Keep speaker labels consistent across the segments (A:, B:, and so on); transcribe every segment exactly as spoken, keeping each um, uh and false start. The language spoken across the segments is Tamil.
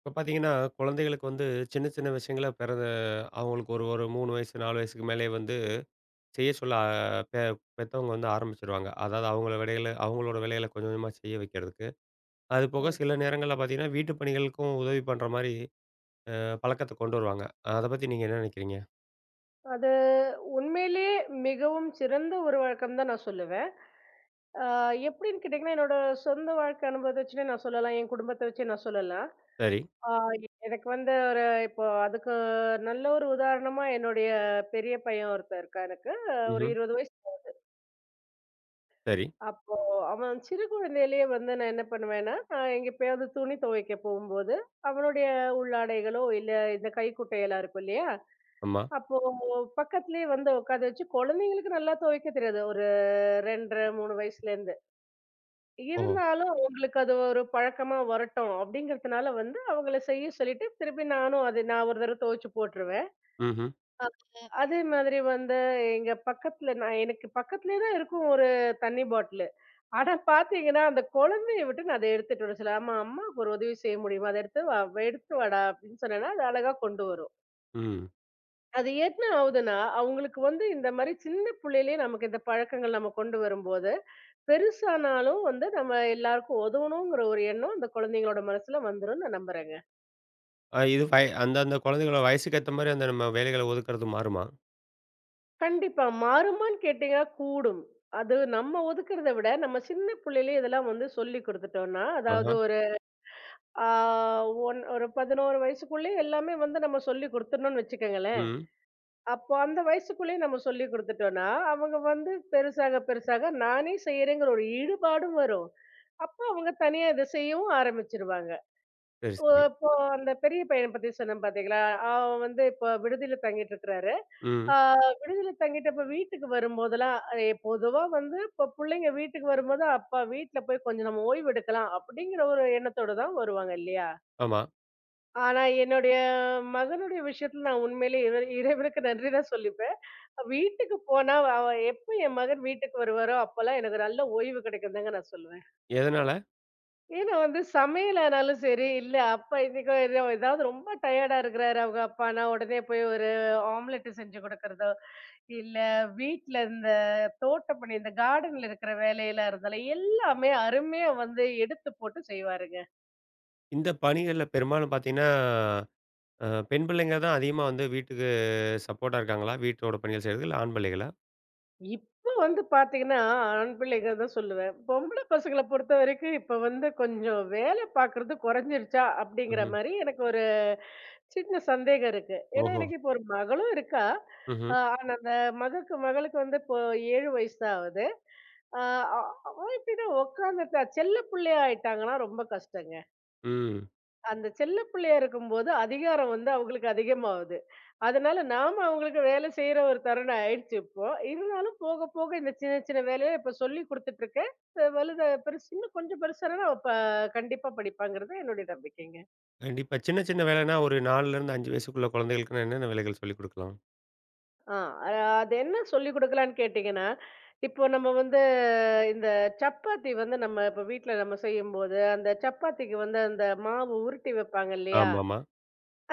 A: இப்ப பார்த்தீங்கன்னா, குழந்தைகளுக்கு வந்து சின்ன சின்ன விஷயங்கள பிறந்த அவங்களுக்கு ஒரு ஒரு மூன்று வயசு, நாலு வயசுக்கு மேலயே வந்து செய்ய சொல்ல அ பெ பெத்தவங்க வந்து ஆரம்பிச்சுருவாங்க. அதாவது அவங்கள வேலைகள அவங்களோட வேலைகள கொஞ்சம் கொஞ்சமா செய்ய வைக்கிறதுக்கு. அது போக
B: ம்.
A: சில நேரங்கள்ல பார்த்தீங்கன்னா, வீட்டு பணிகளுக்கும் உதவி பண்ற மாரி அ பழக்கத்த கொண்டு வருவாங்க. அத பத்தி நீங்க என்ன நினைக்கிறீங்க?
B: அது உண்மையிலேயே மிகவும் சிறந்த ஒரு வழக்கம் தான் நான் சொல்லுவேன். ஆ எப்படின்னு கேட்டீங்கன்னா, என்னோட சொந்த வாழ்க்கை அனுபவத்த வச்சுனே நான் சொல்லலாம். என் குடும்பத்த வச்சே நான் சொல்லலாம்.
A: சரி.
B: ஆ எனக்கு வந்து ஒரு இப்போ அதுக்கு நல்ல ஒரு உதாரணமா என்னுடைய பெரிய பையன் ஒருத்தன் இருக்கான் எனக்கு. ஆஹ் ஒரு
A: ம்ஹ்ம்.
B: இருபது வயசு.
A: சரி.
B: அப்போ அவன் சிறு குழந்தையிலேயே வந்து நான் என்ன பண்ணுவேன்னா, நான் எங்க எப்பயாவது துணி துவைக்க போகும்போது, அவனுடைய உள்ளாடைகளோ இல்ல இந்த கைக்குட்டையெல்லாம் இருக்கும் இல்லையா?
A: ஆமா.
B: அப்போ பக்கத்திலேயே வந்து உட்கார வச்சு குழந்தைங்களுக்கு நல்லா துவைக்க தெரியாது. ஒரு ரெண்டு, ஒன்றரை மூணு வயசுலேருந்து.
A: ஓஹோ!
B: இருந்தாலும் உங்களுக்கு அது ஒரு பழக்கமா வரட்டும் அப்படிங்கிறதுனால வந்து அவங்கள செய்ய சொல்லிட்டு, திருப்பி நானும் அது நான் ஒரு தடவ துவச்சு போட்டுருவேன்.
A: ம்ஹ்ம்.
B: அதே மாதிரி வந்து எங்க பக்கத்துல நான் எனக்கு பக்கத்துலயே தான் இருக்கும் ஒரு தண்ணி பாட்டிலு. ஆனா பார்த்தீங்கன்னா, அந்த குழந்தைய விட்டு நான் அத எடுத்துட்டு வர சொல்லுவேன். "அம்மா அம்மாவுக்கு ஒரு உதவி செய்ய முடியுமா? அத எடுத்து வா எடுத்துட்டு வாடா" அப்படின்னு சொன்னேன்னா, அது அழகா கொண்டு வரும்.
A: ம்.
B: அது என்ன ஆகுதுன்னா, அவங்களுக்கு வந்து இந்த மாரி சின்ன புள்ளையிலயே நமக்கு இந்த பழக்கங்கள் நம்ம கொண்டு வரும்போது பெருசானாலும் வந்து நம்ம எல்லாருக்கும் உதவணுங்கிற ஒரு எண்ணம் அந்த குழந்தைங்களோட மனசுல வந்துரும் நான் நம்புறேங்க.
A: அ இது வய அந்த அந்த குழந்தைகளோட வயசுக்கு ஏத்த மாரி அந்த நம்ம வேலைகள ஒதுக்குறது மாறுமா?
B: கண்டிப்பா. மாறுமான்னு கேட்டீங்கன்னா கூடும். அது நம்ம ஒதுக்குறத விட நம்ம சின்ன புள்ளையிலயே இதெல்லாம் வந்து சொல்லிக் குடுத்துட்டோம்னா,
A: ஆஹா.
B: அதாவது ஒரு ஆ ஒன் ஒரு பதினொன்று வயசுக்குள்ளயே எல்லாமே வந்து நம்ம சொல்லிக் குடுத்துட்டோம்னு வச்சுக்கங்களேன்.
A: ம்.
B: அப்போ அந்த வயசுக்குள்ளயே நம்ம சொல்லிக் குடுத்துட்டோம்னா, அவங்க வந்து பெருசாக பெருசாக நானே செய்யறேங்கிற ஒரு ஈடுபாடும் வரும். அப்ப அவங்க தனியா இத செய்யவும் ஆரம்பிச்சுருவாங்க.
A: சரி,
B: ஓ!
A: சரி.
B: இப்போ அந்த பெரிய பையன பத்தி சொன்னேன் பாத்தீங்களா? அவன் வந்து இப்போ விடுதியில தங்கிட்டு இருக்கிறாரு.
A: ம்.
B: ஆ விடுதியில தங்கிட்டப்ப வீட்டுக்கு வரும்போதெல்லாம் எ பொதுவா வந்து இப்போ புள்ளைங்க வீட்டுக்கு வரும்போது, அப்பா வீட்ல போய் கொஞ்சம் நம்ம ஓய்வு எடுக்கலாம் அப்படிங்கிற ஒரு எண்ணத்தோட தான் வருவாங்க இல்லையா?
A: ஆமா.
B: ஆனா என்னுடைய மகனுடைய விஷயத்துல நான் உண்மையிலேயே இறை இறைவனுக்கு நன்றி தான் சொல்லிப்பேன். வீட்டுக்கு போனா அவன் எப்ப என் மகன் வீட்டுக்கு வருவாரோ, அப்பல்லாம் எனக்கு நல்ல ஓய்வு கிடைக்குதுன்னு தாங்க நான் சொல்லுவேன்.
A: எதனால?
B: ஏன்னா வந்து சமையலானாலும் சரி, இல்ல அப்பா இன்னைக்கு எதோ ஏதாவது ரொம்ப டயர்டா இருக்கிறாரு அவங்க அப்பான்னா, உடனே போய் ஒரு ஆம்லெட் செஞ்சு குடுக்கறதோ, இல்ல வீட்ல இந்த தோட்டப்பணி இந்த கார்டன்ல இருக்கிற வேலையெல்லாம் இருந்தாலும் எல்லாமே அருமையா வந்து எடுத்து போட்டு செய்வாருங்க.
A: இந்த பணிகள்ல பெரும்பாலும் பார்த்தீங்கன்னா, அ பெண் பிள்ளைங்க தான் அதிகமா வந்து வீட்டுக்கு சப்போர்ட்டா இருக்காங்களா? வீட்டோட பணிகள் செய்றதுக்கு இல்ல ஆண் பிள்ளைகளா?
B: இப்ப வந்து பாத்தீங்கன்னா, ஆண் பிள்ளைகள் தான் சொல்லுவேன். பொம்பள பசங்கள பொறுத்த வரைக்கும் இப்ப வந்து கொஞ்சம் வேலை பாக்குறது குறைஞ்சிருச்சா? அப்படிங்கிற
A: ம்ஹ்ம்.
B: மாரி எனக்கு ஒரு சின்ன சந்தேகம் இருக்கு. ஏன்னா,
A: ஓஹோ!
B: எனக்கு இப்போ ஒரு மகளும் இருக்கா.
A: ம்ஹ்ம்.
B: அ ஆனா அந்த மகக்கு மகளுக்கு வந்து இப்போ ஏழு வயசு தான் ஆகுது. அ அ எப்படின்னா உக்காந்துட்டா செல்ல பிள்ளையா ஆயிட்டாங்கன்னா ரொம்ப கஷ்டங்க.
A: ம்.
B: அந்த செல்ல பிள்ளையா இருக்கும்போது அதிகாரம் வந்து அவங்களுக்கு அதிகமாவுது. அதனால நாம அவங்களுக்கு வேலை செய்யற ஒரு தருணம் ஆயிடுச்சு இப்போ. இருந்தாலும் போக போக இந்த சின்ன சின்ன வேலைய இப்ப சொல்லிக் குடுத்துட்டு இருக்கேன். அ வலுத பெருசு இன்னும் கொஞ்சம் பெருசானா அவ ப கண்டிப்பா படிப்பாங்கிறது என்னுடைய நம்பிக்கைங்க.
A: கண்டிப்பா. சின்ன சின்ன வேலைன்னா ஒரு நாலிலேருந்து அஞ்சு வயசுக்குள்ள குழந்தைகளுக்குன்னா என்னென்ன வேலைகள் சொல்லிக் குடுக்கலாம்?
B: ஆ அ அது என்ன சொல்லிக் குடுக்கலான்னு கேட்டீங்கன்னா, இப்போ நம்ம வந்து இந்த சப்பாத்தி வந்து நம்ம இப்ப வீட்ல நம்ம செய்யும்போது, அந்த சப்பாத்திக்கு வந்து அந்த மாவு உருட்டி வைப்பாங்க இல்லையா?
A: ஆமாமா.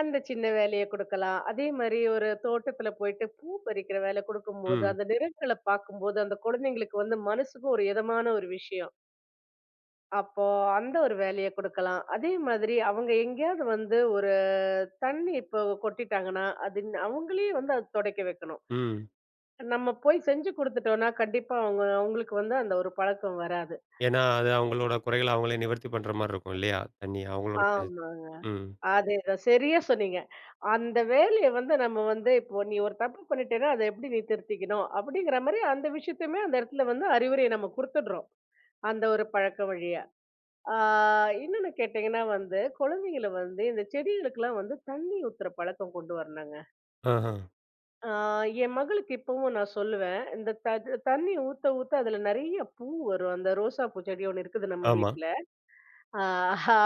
B: அந்த சின்ன வேலைய குடுக்கலாம். அதே மாரி ஒரு தோட்டத்துல போயிட்டு பூ பறிக்கிற வேல குடுக்கும்போது,
A: ம்.
B: அந்த நிறங்கள பார்க்கும்போது, அந்த குழந்தைங்களுக்கு வந்து மனசுக்கும் ஒரு இதமான ஒரு விஷயம். அப்போ அந்த ஒரு வேலைய குடுக்கலாம். அதே மாதிரி அவங்க எங்கேயாவது வந்து ஒரு தண்ணி இப்போ கொட்டிட்டாங்கன்னா, அது ந- அவங்களே வந்து அது துடைக்க வைக்கணும்.
A: ம்.
B: நம்ம போய் செஞ்சு குடுத்துட்டோம்னா, கண்டிப்பா அவங்க அவங்களுக்கு வந்து அந்த ஒரு பழக்கம் வராது.
A: ஏன்னா, அது அவங்களோட குறைகள அவங்களே நிவர்த்தி பண்ற மாரி இருக்கும் இல்லையா? தண்ணி அவங்களோட த
B: ஆமாங்க.
A: ம்.
B: அதேதான். சரியா சொன்னீங்க. அந்த வேலைய வந்து நம்ம வந்து இப்போ நீ ஒரு தப்பு பண்ணிட்டேன்னா, அத எப்படி நீ திருத்திக்கணும்? அப்படிங்கிற மாரி அந்த விஷயத்தையுமே அந்த இடத்துல வந்து அறிவுரைய நம்ம குடுத்துடுறோம். அந்த ஒரு பழக்க வழியா. ஆ இன்னொன்னு கேட்டீங்கன்னா வந்து, குழந்தைங்கள வந்து இந்த செடிகளுக்கெல்லாம் வந்து தண்ணி ஊத்துற பழக்கம் கொண்டு வரணுங்க.
A: ஆஹா.
B: ஆ என் மகளுக்கு இப்பவும் நான் சொல்லுவேன். இந்த த தண்ணி ஊத்த ஊத்த அதுல நெறைய பூ வரும். அந்த ரோசா பூ செடி ஒண்ணு இருக்குது நம்ம
A: ஆமா.
B: வீட்ல. ஆ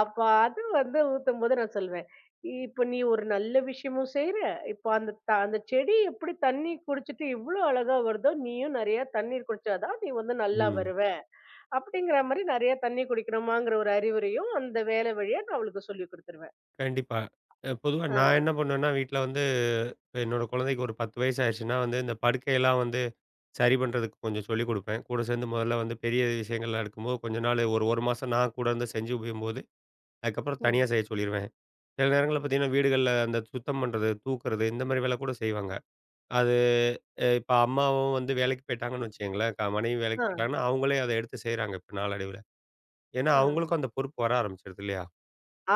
B: அப்ப அது வந்து ஊத்தும்போது நான் சொல்வேன், "இப்ப நீ ஒரு நல்ல விஷயமும் செய்ற. இப்ப அந்த த அந்த செடி எப்படி தண்ணி குடிச்சிட்டு இவ்ளோ அழகா வருதோ, நீயும் நெறைய தண்ணீர் குடிச்சா தான் நீ வந்து நல்லா
A: ம்.
B: வருவ." அப்படிங்கிற மாரி நெறைய தண்ணி குடிக்கணுமாங்கிற ஒரு அறிவுரையும் அந்த வேலை வழியா நான் அவளுக்கு சொல்லிக் குடுத்துருவேன்.
A: கண்டிப்பா. அ பொதுவா
B: ஆ.
A: நான் என்ன பண்ணுவேன்னா, வீட்ல வந்து இப்ப என்னோட குழந்தைக்கு ஒரு பத்து வயசு ஆயிருச்சுன்னா வந்து இந்த படுக்கையெல்லாம் வந்து சரி பண்றதுக்கு கொஞ்சம் சொல்லிக் குடுப்பேன். கூட சேர்ந்து முதல்ல வந்து பெரிய விஷயங்கள்லாம் எடுக்கும்போது, கொஞ்ச நாள் ஒரு ஒரு மாசம் நான் கூட இருந்து செஞ்சு உபயோகிக்கும்போது, அதுக்கப்புறம் தனியா
B: ம்.
A: செய்ய சொல்லிருவேன். சில நேரங்கள்ல பார்த்தீங்கன்னா, வீடுகள்ல அந்த சுத்தம் பண்றது, தூக்குறது இந்த மாரி வேலை கூட செய்வாங்க. அது அ இப்ப அம்மாவும் வந்து வேலைக்கு போயிட்டாங்கன்னு வச்சுக்கங்களேன், க மனைவி வேலைக்கு
B: ஆ.
A: போயிட்டாங்கன்னா, அவங்களே அத எடுத்து செய்றாங்க இப்ப நாளடைவுல. ஏன்னா
B: ஆ.
A: அவங்களுக்கும் அந்த பொறுப்பு வர ஆரம்பிச்சிடுது இல்லையா?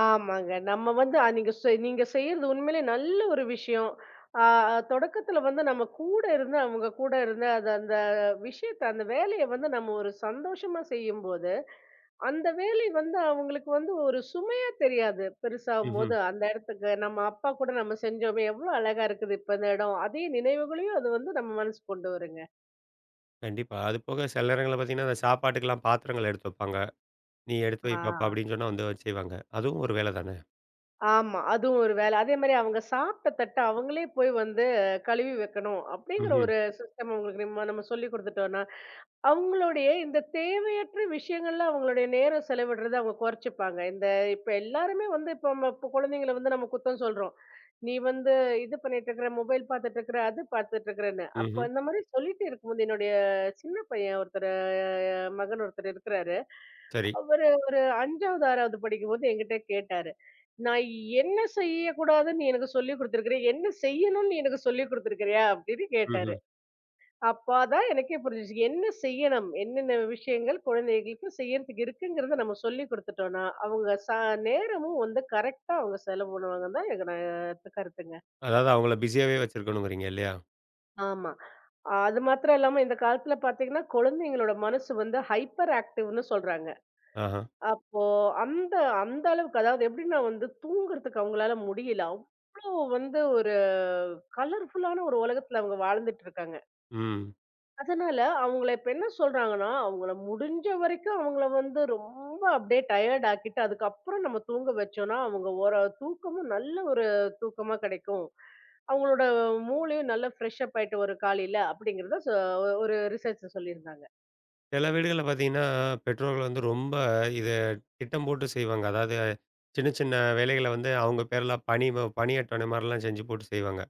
B: ஆமாங்க. நம்ம வந்து அ நீங்க செ நீங்க செய்றது உண்மையிலே நல்ல ஒரு விஷயம். ஆ தொடக்கத்துல வந்து நம்ம கூட இருந்து, அவங்க கூட இருந்து அது அந்த விஷயத்த, அந்த வேலைய வந்து நம்ம ஒரு சந்தோஷமா செய்யும்போது, அந்த வேலை வந்து அவங்களுக்கு வந்து ஒரு சுமையா தெரியாது.
A: ம்ஹ்ம்.
B: பெருசாகும்போது அந்த இடத்துக்கு நம்ம அப்பா கூட நம்ம செஞ்சோமே, எவ்வளோ அழகா இருக்குது இப்ப இந்த இடம். அதே நினைவுகளையும் அது வந்து நம்ம மனசு கொண்டு வருங்க.
A: கண்டிப்பா. அது போக சில நேரங்கள்ல பார்த்தீங்கன்னா, அந்த சாப்பாட்டுக்கெல்லாம் பாத்திரங்கள் எடுத்து வைப்பாங்க. "நீ எடுத்து
B: ஆ.
A: வை பாப்பா" அப்படின்னு சொன்னா வந்து செய்வாங்க. அதுவும் ஒரு வேலை தானே?
B: ஆமா. அதுவும் ஒரு வேலை. அதே மாரி அவங்க சாப்பிட்ட தட்ட அவங்களே போய் வந்து கழுவி வைக்கணும். அப்படிங்கிற
A: ம்ஹ்ம்.
B: ஒரு சிஸ்டம் அவங்களுக்கு நம்ம நம்ம சொல்லிக் குடுத்துட்டோம்னா, அவங்களுடைய இந்த தேவையற்ற விஷயங்கள்ல அவங்களுடைய நேரம் செலவிடுறத அவங்க குறைச்சுப்பாங்க. இந்த இப்ப எல்லாருமே வந்து இப்ப நம்ம இப்ப குழந்தைங்கள வந்து நம்ம குத்தம் சொல்றோம். "நீ வந்து இது பண்ணிட்டு இருக்கிற, மொபைல் பார்த்துட்டு இருக்கிற, அது பார்த்துட்டு இருக்கிறன்னு." அப்ப
A: ம்ஹ்ம்.
B: அந்த மாரி சொல்லிட்டு இருக்கும்போது என்னுடைய சின்ன பையன் ஒருத்தரு மகன் ஒருத்தர் இருக்கிறாரு.
A: சரி.
B: அவரு ஒரு 5வது, 6வது படிக்கும்போது என்கிட்ட கேட்டாரு. "நான் என்ன செய்யக்கூடாதுன்னு நீ எனக்கு சொல்லிக் குடுத்துருக்கிறியா? என்ன செய்யணும்னு நீ எனக்கு சொல்லிக் குடுத்துருக்கிறியா?" அப்படின்னு கேட்டாரு.
A: ம்ஹ்ம்.
B: அப்பதான் எனக்கே புரிஞ்சுச்சு. என்ன செய்யணும்? என்னென்ன விஷயங்கள் குழந்தைகளுக்கு செய்யறதுக்கு இருக்குங்கிறத நம்ம சொல்லிக் குடுத்துட்டோம்ன்னா, அவங்க ச நேரமும் வந்து கரெக்ட்டா அவங்க செலவு பண்ணுவாங்கன்னு தான் எனக்கு நான் கருத்துங்க.
A: அதாவது அவங்கள பிஸியாவே வச்சிருக்கணுங்கிறீங்க இல்லையா?
B: ஆமா. அ அது மாத்திரம் இல்லாம இந்த காலத்துல பார்த்தீங்கன்னா, குழந்தைங்களோட மனசு வந்து ஹைப்பர் ஆக்டிவ்ன்னு சொல்றாங்க.
A: ஆஹா.
B: அப்போ அந்த அந்த அளவுக்கு அதாவது எப்படின்னா வந்து தூங்குறதுக்கு அவங்களால முடியல. அப்போ வந்து ஒரு கலர்ஃபுல்லான ஒரு உலகத்துல அவங்க வாழ்ந்துட்டு இருக்காங்க.
A: ம்.
B: அதனால அவங்கள இப்ப என்ன சொல்றாங்கன்னா, அவங்கள முடிஞ்ச வரைக்கும் அவங்கள வந்து ரொம்ப அப்படியே டயர்ட் ஆக்கிட்டு, அதுக்கப்புறம் நம்ம தூங்க வச்சோம்னா, அவங்க ஒரு தூக்கமும் நல்ல ஒரு தூக்கமா கிடைக்கும். அவங்களோட மூளையும் நல்லா ஃப்ரெஷ் அப் ஆயிட்டு வரும் காலையில அப்படிங்கிறத சொ ஒரு ரிசர்ச் சொல்லியிருந்தாங்க.
A: சில வீடுகள்ல பார்த்தீங்கன்னா, பெற்றோர்கள் வந்து ரொம்ப இத திட்டம் போட்டு செய்வாங்க. அதாவது சின்ன சின்ன வேலைகள வந்து அவங்க பேர்ல பணி வ பணி அட்டவணை மாரிலாம் செஞ்சு போட்டு செய்வாங்க.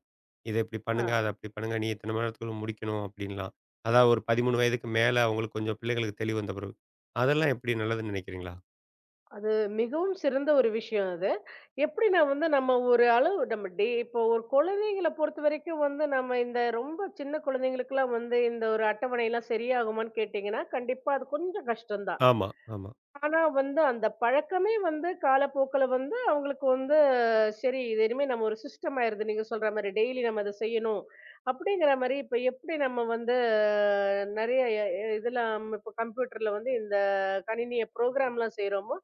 A: இத இப்படி
B: ஆ
A: பண்ணுங்க, அத அப்படி பண்ணுங்க. நீ இத்தன மணி நேரத்துக்குள்ள முடிக்கணும் அப்படின்லாம். அதாவது ஒரு பதிமூணு வயதுக்கு மேல அவங்களுக்கு கொஞ்சம் பிள்ளைகளுக்கு தெளிவு வந்த பிறகு. அதெல்லாம் எப்படி நல்லதுன்னு நினைக்கிறீங்களா?
B: அது மிகவும் சிறந்த ஒரு விஷயம் அது. எப்படி நான் வந்து நம்ம ஒரு அளவு நம்ம டே இப்போ ஒரு குழந்தைங்கள பொறுத்தவரைக்கும் வந்து நம்ம இந்த ரொம்ப சின்ன குழந்தைங்களுக்கெல்லாம் வந்து இந்த ஒரு அட்டவணைலாம் சரியாகுமான்னு கேட்டீங்கன்னா, கண்டிப்பா அது கொஞ்சம் கஷ்டம் தான்.
A: ஆமா, ஆமா.
B: ஆனா வந்து அந்த பழக்கமே வந்து காலப்போக்குல வந்து அவங்களுக்கு வந்து சரி இது இனிமே நம்ம ஒரு சிஸ்டம் ஆயிருது நீங்க சொல்ற மாதிரி டெய்லி நம்ம அதை செய்யணும் அப்படிங்கிற மாதிரி இப்ப எப்படி நம்ம வந்து அஹ், நிறைய எ- எ- இதெல்லாம் இப்ப கம்ப்யூட்டர்ல வந்து இந்த கணினிய ப்ரோக்ராம்லாம் செய்றோமோ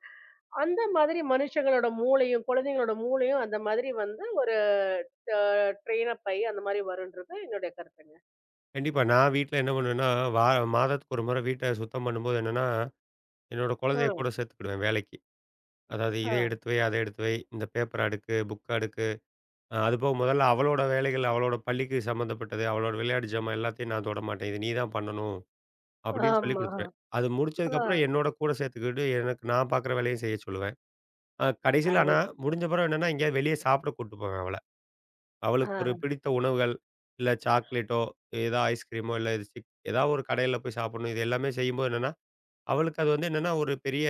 B: அந்த மாதிரி மனுஷங்களோட மூளையும் குழந்தைங்களோட மூளையும் அந்த மாதிரி வந்து ஒரு ட்ரெயின் அப் ஆகி அந்த மாதிரி வரும்ன்றது என்னுடைய கருத்துங்க
A: கண்டிப்பா. நான் வீட்ல என்ன பண்ணுவேன்னா, வா மாதத்துக்கு ஒரு முறை வீட்ட சுத்தம் பண்ணும்போது என்னன்னா, என்னோட
B: ஆ,
A: குழந்தைய கூட சேர்த்துக்கிடுவேன் வேலைக்கு. அதாவது இதை
B: ஆ,
A: எடுத்து வை, அதை எடுத்து வை, இந்த பேப்பர அடுக்கு, புக்க அடுக்கு. அ அதுபோக முதல்ல அவளோட வேலைகள், அவளோட பள்ளிக்கு சம்மந்தப்பட்டது, அவளோட விளையாட்டு ஜாமான் எல்லாத்தையும் நான் தொட மாட்டேன். இது நீ தான் பண்ணணும். அப்படின்னு சொல்லிக்
B: ஆமா
A: குடுத்துருவேன். அது
B: ஆ,
A: முடிச்சதுக்கப்புறம் என்னோட கூட சேர்த்துக்கிட்டு, எனக்கு நான் பார்க்குற வேலையும் செய்ய சொல்லுவேன். அ கடைசியில ஆனா
B: அரு-
A: முடிஞ்ச பிறகு என்னன்னா, எங்கேயாவது வெளிய சாப்பிட கூட்டு போவேன் அவள.
B: ஆ,
A: அவளுக்கு ஒரு பிடித்த உணவுகள், இல்ல சாக்லேட்டோ, ஏதோ ஐஸ்கிரீமோ, இல்ல இது சிப் ஏதாவது ஒரு கடையில போய் சாப்பிடணும். இது எல்லாமே செய்யும்போது என்னன்னா, அவளுக்கு அது வந்து என்னன்னா, ஒரு பெரிய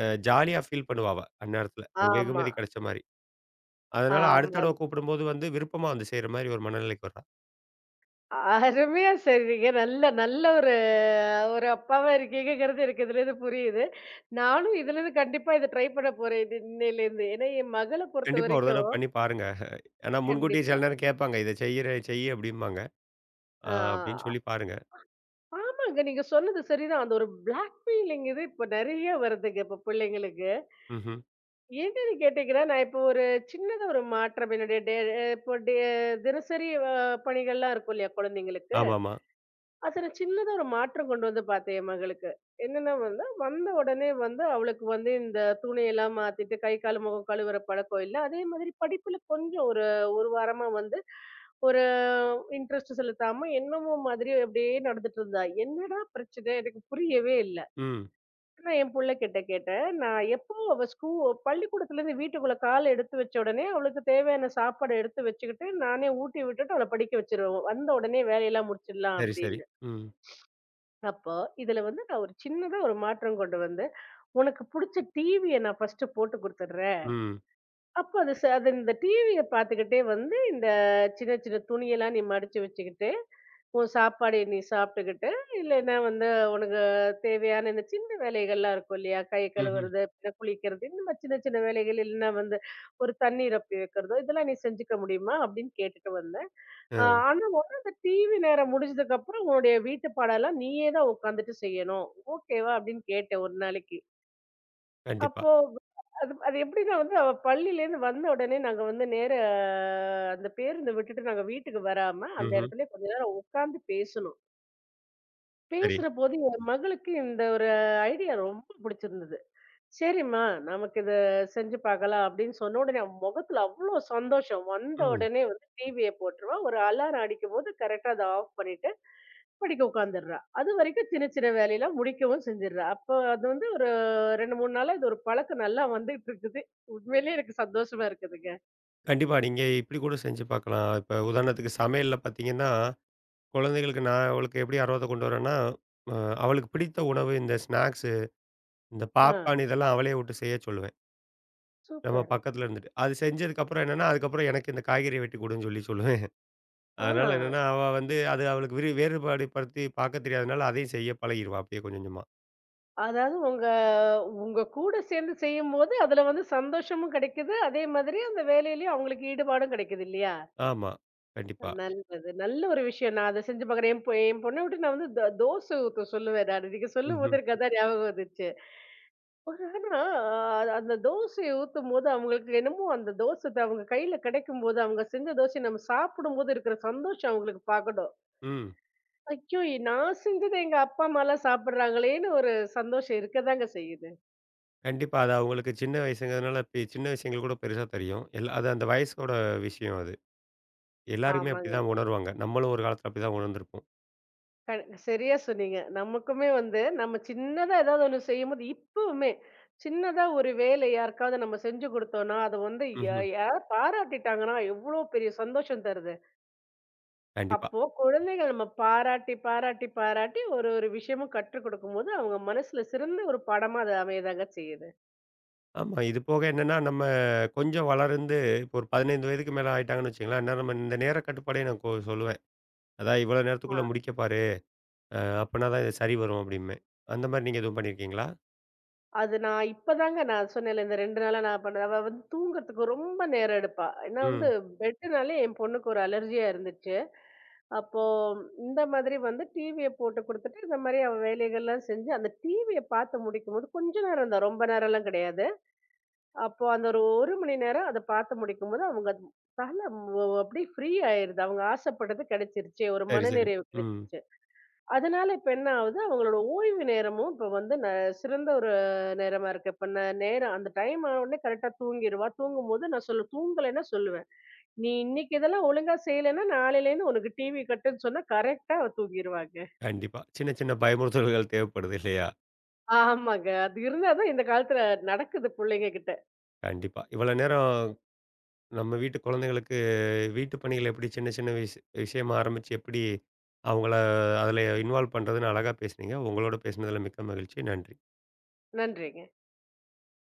A: அ ஜாலியா ஃபீல் பண்ணுவா அவ, அந்நேரத்துல. ஒரு
B: ஆமா
A: வெகுமதி கிடைச்ச மாரி. அதனால அடுத்த
B: ஆமா
A: தடவ கூப்பிடும்போது வந்து விருப்பமா வந்து செய்ற மாரி ஒரு மனநிலைக்கு வர்றா.
B: அருமையா சொன்னீங்க. நல்ல நல்ல ஒரு ஒரு அப்பாவா இருக்கீங்கங்கிறது எனக்கு இதுலேருந்து புரியுது. நானும் இதுலேருந்து கண்டிப்பா இத ட்ரை பண்ண போறேன். இது இன்னையிலேருந்து. ஏன்னா என் மகள
A: கண்டிப்பா ஒரு தடவ
B: பொறுத்தவரைக்கும்
A: பண்ணி பாருங்க. ஏன்னா முன்கூட்டியே சில
B: கண்டிப்பா.
A: நேரம் கேட்பாங்க. இத செய்யறேன் செய் அப்படிம்பாங்க. ஆ அப்படின்னு
B: ஆ
A: சொல்லி பாருங்க.
B: ஆமாங்க. நீங்க சொன்னது சரிதான். அந்த ஒரு பிளாக்மெயிலிங் இது இப்ப நெறைய வருதுங்க இப்ப பிள்ளைங்களுக்கு.
A: ம்ஹ்ம்.
B: என்னன்னு கேட்டீங்கன்னா, நான் இப்போ ஒரு சின்னதா ஒரு மாற்றம் என்னுடைய டே இப்போ டே தினசரி அ பணிகள்லாம் இருக்கும் இல்லையா குழந்தைங்களுக்கு?
A: ஆமாமா.
B: அதுல சின்னதா ஒரு மாற்றம் கொண்டு வந்து பார்த்தேன் என் மகளுக்கு. என்னன்னா வந்து, வந்த உடனே வந்து அவளுக்கு வந்து இந்த துணியெல்லாம் மாத்திட்டு கை, கால், முகம் கழுவுற பழக்கம் இல்ல. அதே மாதிரி படிப்புல கொஞ்சம் ஒரு 1 வாரமா வந்து ஒரு இன்ட்ரெஸ்ட் செலுத்தாம என்னமோ மாதிரி அப்படியே நடந்துட்டு இருந்தா. என்னடா பிரச்சனை? எனக்கு புரியவே இல்ல.
A: ம்.
B: நான் என் புள்ளகிட்ட கேட்டேன். நான் எப்பவும் அவ ஸ்கூ பள்ளிக்கூடத்துலேருந்து வீட்டுக்குள்ள கால எடுத்து வச்ச உடனே அவளுக்கு தேவையான சாப்பாடு எடுத்து வச்சுக்கிட்டு, நானே ஊட்டி விட்டுட்டு அவள படிக்க வச்சுருவேன். வந்த உடனே வேலையெல்லாம் முடிச்சிடலாம்
A: சரி, சரி.
B: அப்படின்னு.
A: ம்.
B: அப்போ, இதுல வந்து நான் ஒரு சின்னதா ஒரு மாற்றம் கொண்டு வந்தேன். "உனக்கு புடிச்ச டிவிய நான் ஃபர்ஸ்ட்டு போட்டு குடுத்துடுறேன்.
A: ம்.
B: அப்ப அது ச அது இந்த டிவிய பார்த்துக்கிட்டே வந்து, இந்த சின்ன சின்ன துணியெல்லாம் நீ மடிச்சு வச்சுக்கிட்டு, உன் சாப்பாடைய நீ சாப்பிட்டுக்கிட்டு, இல்லைன்னா வந்து உனக்கு தேவையான இந்த சின்ன வேலைகள்லாம் இருக்கும் இல்லையா? கை
A: ம்ஹ்ம்.
B: கழுவுறது, பின்ன குளிக்கிறது, இந்த மாரி சின்ன சின்ன வேலைகள் இல்லைன்னா வந்து ஒரு தண்ணி ரொப்பி வைக்கிறதோ, இதெல்லாம் நீ செஞ்சுக்க முடியுமா? அப்படின்னு கேட்டுட்டு வந்தேன். அ
A: அ
B: ஆனா வந்து அந்த டிவி நேரம் முடிஞ்சதுக்கப்புறம், உன்னுடைய வீட்டு பாடம்லாம் நீயே தான் உட்காந்துட்டு செய்யணும். ஓகேவா? அப்படின்னு கேட்டேன் ஒரு நாளைக்கு.
A: கண்டிப்பா.
B: அப்போ அது அது எப்படின்னா வந்து, அவ பள்ளியிலேருந்து வந்த உடனே நாங்க வந்து நேர அஹ், அந்த பேருந்த விட்டுட்டு நாங்க வீட்டுக்கு வராம, அந்த
A: ம்ஹ்ம்.
B: இடத்துலயே கொஞ்ச நேரம் உட்கார்ந்து பேசுனோம்.
A: சரி.
B: பேசுறபோது என் மகளுக்கு இந்த ஒரு ஐடியா ரொம்ப புடிச்சிருந்தது. "சரிம்மா, நமக்கு இத செஞ்சு பார்க்கலாம்" அப்படின்னு சொன்ன உடனே, அவ முகத்துல அவ்ளோ சந்தோஷம். வந்த
A: ம்.
B: உடனே வந்து டிவிய போட்டுருவா. ஒரு அலாரம் அடிக்கும்போது கரெக்ட்டா அத ஆஃப் பண்ணிட்டு படிக்க உட்காந்துடுறா. அது வரைக்கும் சின்ன சின்ன வேலையெல்லாம் முடிக்கவும் செஞ்சிடுறா. அப்போ அது வந்து ஒரு ரெண்டு, மூணு நாளா இது ஒரு பழக்கம் நல்லா வந்துட்டு இருக்குது. உண்மையிலேயே எனக்கு சந்தோஷமா இருக்குதுங்க.
A: கண்டிப்பா நீங்க இப்படி கூட செஞ்சு பார்க்கலாம். இப்ப உதாரணத்துக்கு சமையல்ல பார்த்தீங்கன்னா, குழந்தைகளுக்கு நான் அவளுக்கு எப்படி ஆர்வத்த கொண்டு வரேன்னா, அ அவளுக்கு பிடித்த உணவு இந்த ஸ்நாக்ஸு, இந்த
B: ஆ.
A: பாப்கார்ன் இதெல்லாம் அவளே விட்டு செய்ய சொல்லுவேன். நம்ம
B: சூப்பர்.
A: பக்கத்துல இருந்துட்டு. அது செஞ்சதுக்கப்புறம் என்னன்னா, அதுக்கப்புறம் எனக்கு இந்த காய்கறிய வெட்டி குடுன்னு சொல்லி சொல்லுவேன்.
B: ஆ.
A: அதனால என்னன்னா, அவ வந்து அது அவளுக்கு விரு வேறுபாடு படுத்தி பார்க்க தெரியாதனால, அதையும் செய்ய பழகிருவா அப்படியே கொஞ்சம் கொஞ்சமா.
B: அதாவது உங்க உங்க கூட சேர்ந்து செய்யும்போது, அதுல வந்து சந்தோஷமும் கிடைக்குது. அதே மாதிரி அந்த வேலையிலயும் அவங்களுக்கு ஈடுபாடும் கிடைக்குது இல்லையா?
A: ஆமா. கண்டிப்பா.
B: நல்லது. நல்ல ஒரு விஷயம். நான் அத செஞ்சு பார்க்குறேன். என் பொ என் பொண்ண விட்டு நான் வந்து த தோசை ஊத்த சொல்லுவேன் நானு. நீங்க
A: ம்ஹ்ம்.
B: சொல்லும்போது எனக்கு அதான் ஞாபகம் வந்துச்சு. ஆனா, அ- அந்த தோசைய ஊத்தும்போது அவங்களுக்கு என்னமோ அந்த தோசை த அவங்க கையில கிடைக்கும்போது, அவங்க செஞ்ச தோசைய நம்ம சாப்பிடும்போது இருக்கிற சந்தோஷம் அவங்களுக்கு பார்க்கணும்.
A: ம்.
B: ஐயோ! இ- நான் செஞ்சது எங்க அப்பா, அம்மாலாம் சாப்பிடுறாங்களேன்னு ஒரு சந்தோஷம் இருக்கதாங்க செய்யுது.
A: கண்டிப்பா. அது அவங்களுக்கு சின்ன வயசுங்கிறதுனால, பெ சின்ன விஷயங்கள் கூட பெருசா தெரியும். எல்லா அது அந்த வயசோட விஷயம் அது. எல்லாருமே
B: ஆமாங்க.
A: அப்படிதான் உணருவாங்க. நம்மளும் ஒரு காலத்துல அப்படிதான் உணர்ந்திருப்போம்.
B: க சரியா சொன்னீங்க. நமக்குமே வந்து நம்ம சின்னதா ஏதாவது ஒண்ணு செய்யும்போது இப்பவுமே சின்னதா ஒரு வேலை யாருக்காவது நம்ம செஞ்சு குடுத்தோம்னா, அது வந்து யா
A: ம்ஹ்ம்.
B: யார் பாராட்டிட்டாங்கன்னா எவ்வளோ பெரிய சந்தோஷம் தருது.
A: கண்டிப்பா.
B: அப்போ குழந்தைகள் நம்ம பாராட்டி, பாராட்டி, பாராட்டி ஒரு ஒரு விஷயமும் கற்றுக் கொடுக்கும்போது, அவங்க மனசுல சிறந்த ஒரு பாடமா அது அமையதாங்க செய்யுது.
A: ஆமா. இது போக என்னன்னா, நம்ம கொஞ்சம் வளர்ந்து, இப்போ ஒரு பதினைந்து வயதுக்கு மேல ஆயிட்டாங்கன்னு வச்சுக்கங்களேன், அந்நேரம் நம்ம இந்த நேர கட்டுப்பாடையும் நான் கொ சொல்லுவேன். அதான் இவ்வளோ
B: ஆ.
A: நேரத்துக்குள்ள முடிக்க பாரு. அ அப்பன்னா தான் இது சரி வரும் அப்டிம்பேன். அந்த மாரி நீங்க எதுவும் பண்ணியிருக்கீங்களா?
B: அது நான் இப்பதாங்க நான் சொன்னேன்ல, இந்த ரெண்டு நாளா நான் பண்ணது. அவ வந்து தூங்குறதுக்கு ரொம்ப நேரம் எடுப்பா. ஏன்னா வந்து
A: ம்.
B: பெட்டுனாலே என் பொண்ணுக்கு ஒரு அலர்ஜியா இருந்துச்சு. அப்போ இந்த மாதிரி வந்து டிவிய போட்டு குடுத்துட்டு, இந்த மாரி அவ வேலைகள்லாம் செஞ்சு, அந்த டிவிய பாத்து முடிக்கும்போது கொஞ்ச நேரம் தான், ரொம்ப நேரம்லாம் கிடையாது. அப்போ அந்த ஒரு 1 மணி நேரம் அத பாத்து முடிக்கும்போது, அவங்க தல வ அப்படியே ஃப்ரீ ஆயிருது. அவங்க ஆசைப்பட்டது கிடைச்சிருச்சே! ஒரு
A: சரி, சரி.
B: மனநிறைவு
A: ம்.
B: கிடைச்சிருச்சு. அதனால இப்ப என்ன ஆகுது, அவங்களோட ஓய்வு நேரமும் இப்ப வந்து ந சிறந்த ஒரு நேரமா இருக்கு. இப்ப ந நேரம் அந்த டைம் ஆனவுடனே கரெக்ட்டா தூங்கிருவா. தூங்கும்போது நான் சொல்லுவேன் தூங்கலைன்னா சொல்லுவேன். "நீ இன்னைக்கு இதெல்லாம் ஒழுங்கா செய்யலைன்னா, நாளையிலேருந்து உனக்கு டிவி கட்டுன்னு" சொன்னா கரெக்ட்டா அவ தூங்கிருவாங்க.
A: கண்டிப்பா. சின்ன, சின்ன பயமுறுத்தல்கள் தேவைப்படுது இல்லையா?
B: ஆமாங்க. அது இருந்தா தான் இந்த காலத்துல நடக்குது புள்ளைங்க கிட்ட.
A: கண்டிப்பா. இவ்வளோ நேரம் நம்ம வீட்டு குழந்தைகளுக்கு வீட்டு பணிகள் எப்படி சின்ன, சின்ன விஷ விஷயமா ஆரம்பிச்சு எப்படி அவங்கள அதில இன்வால்வ் பண்றதுன்னு அழகா பேசுனீங்க. உங்களோட பேசினதில மிக்க மகிழ்ச்சி. நன்றி.
B: நன்றிங்க.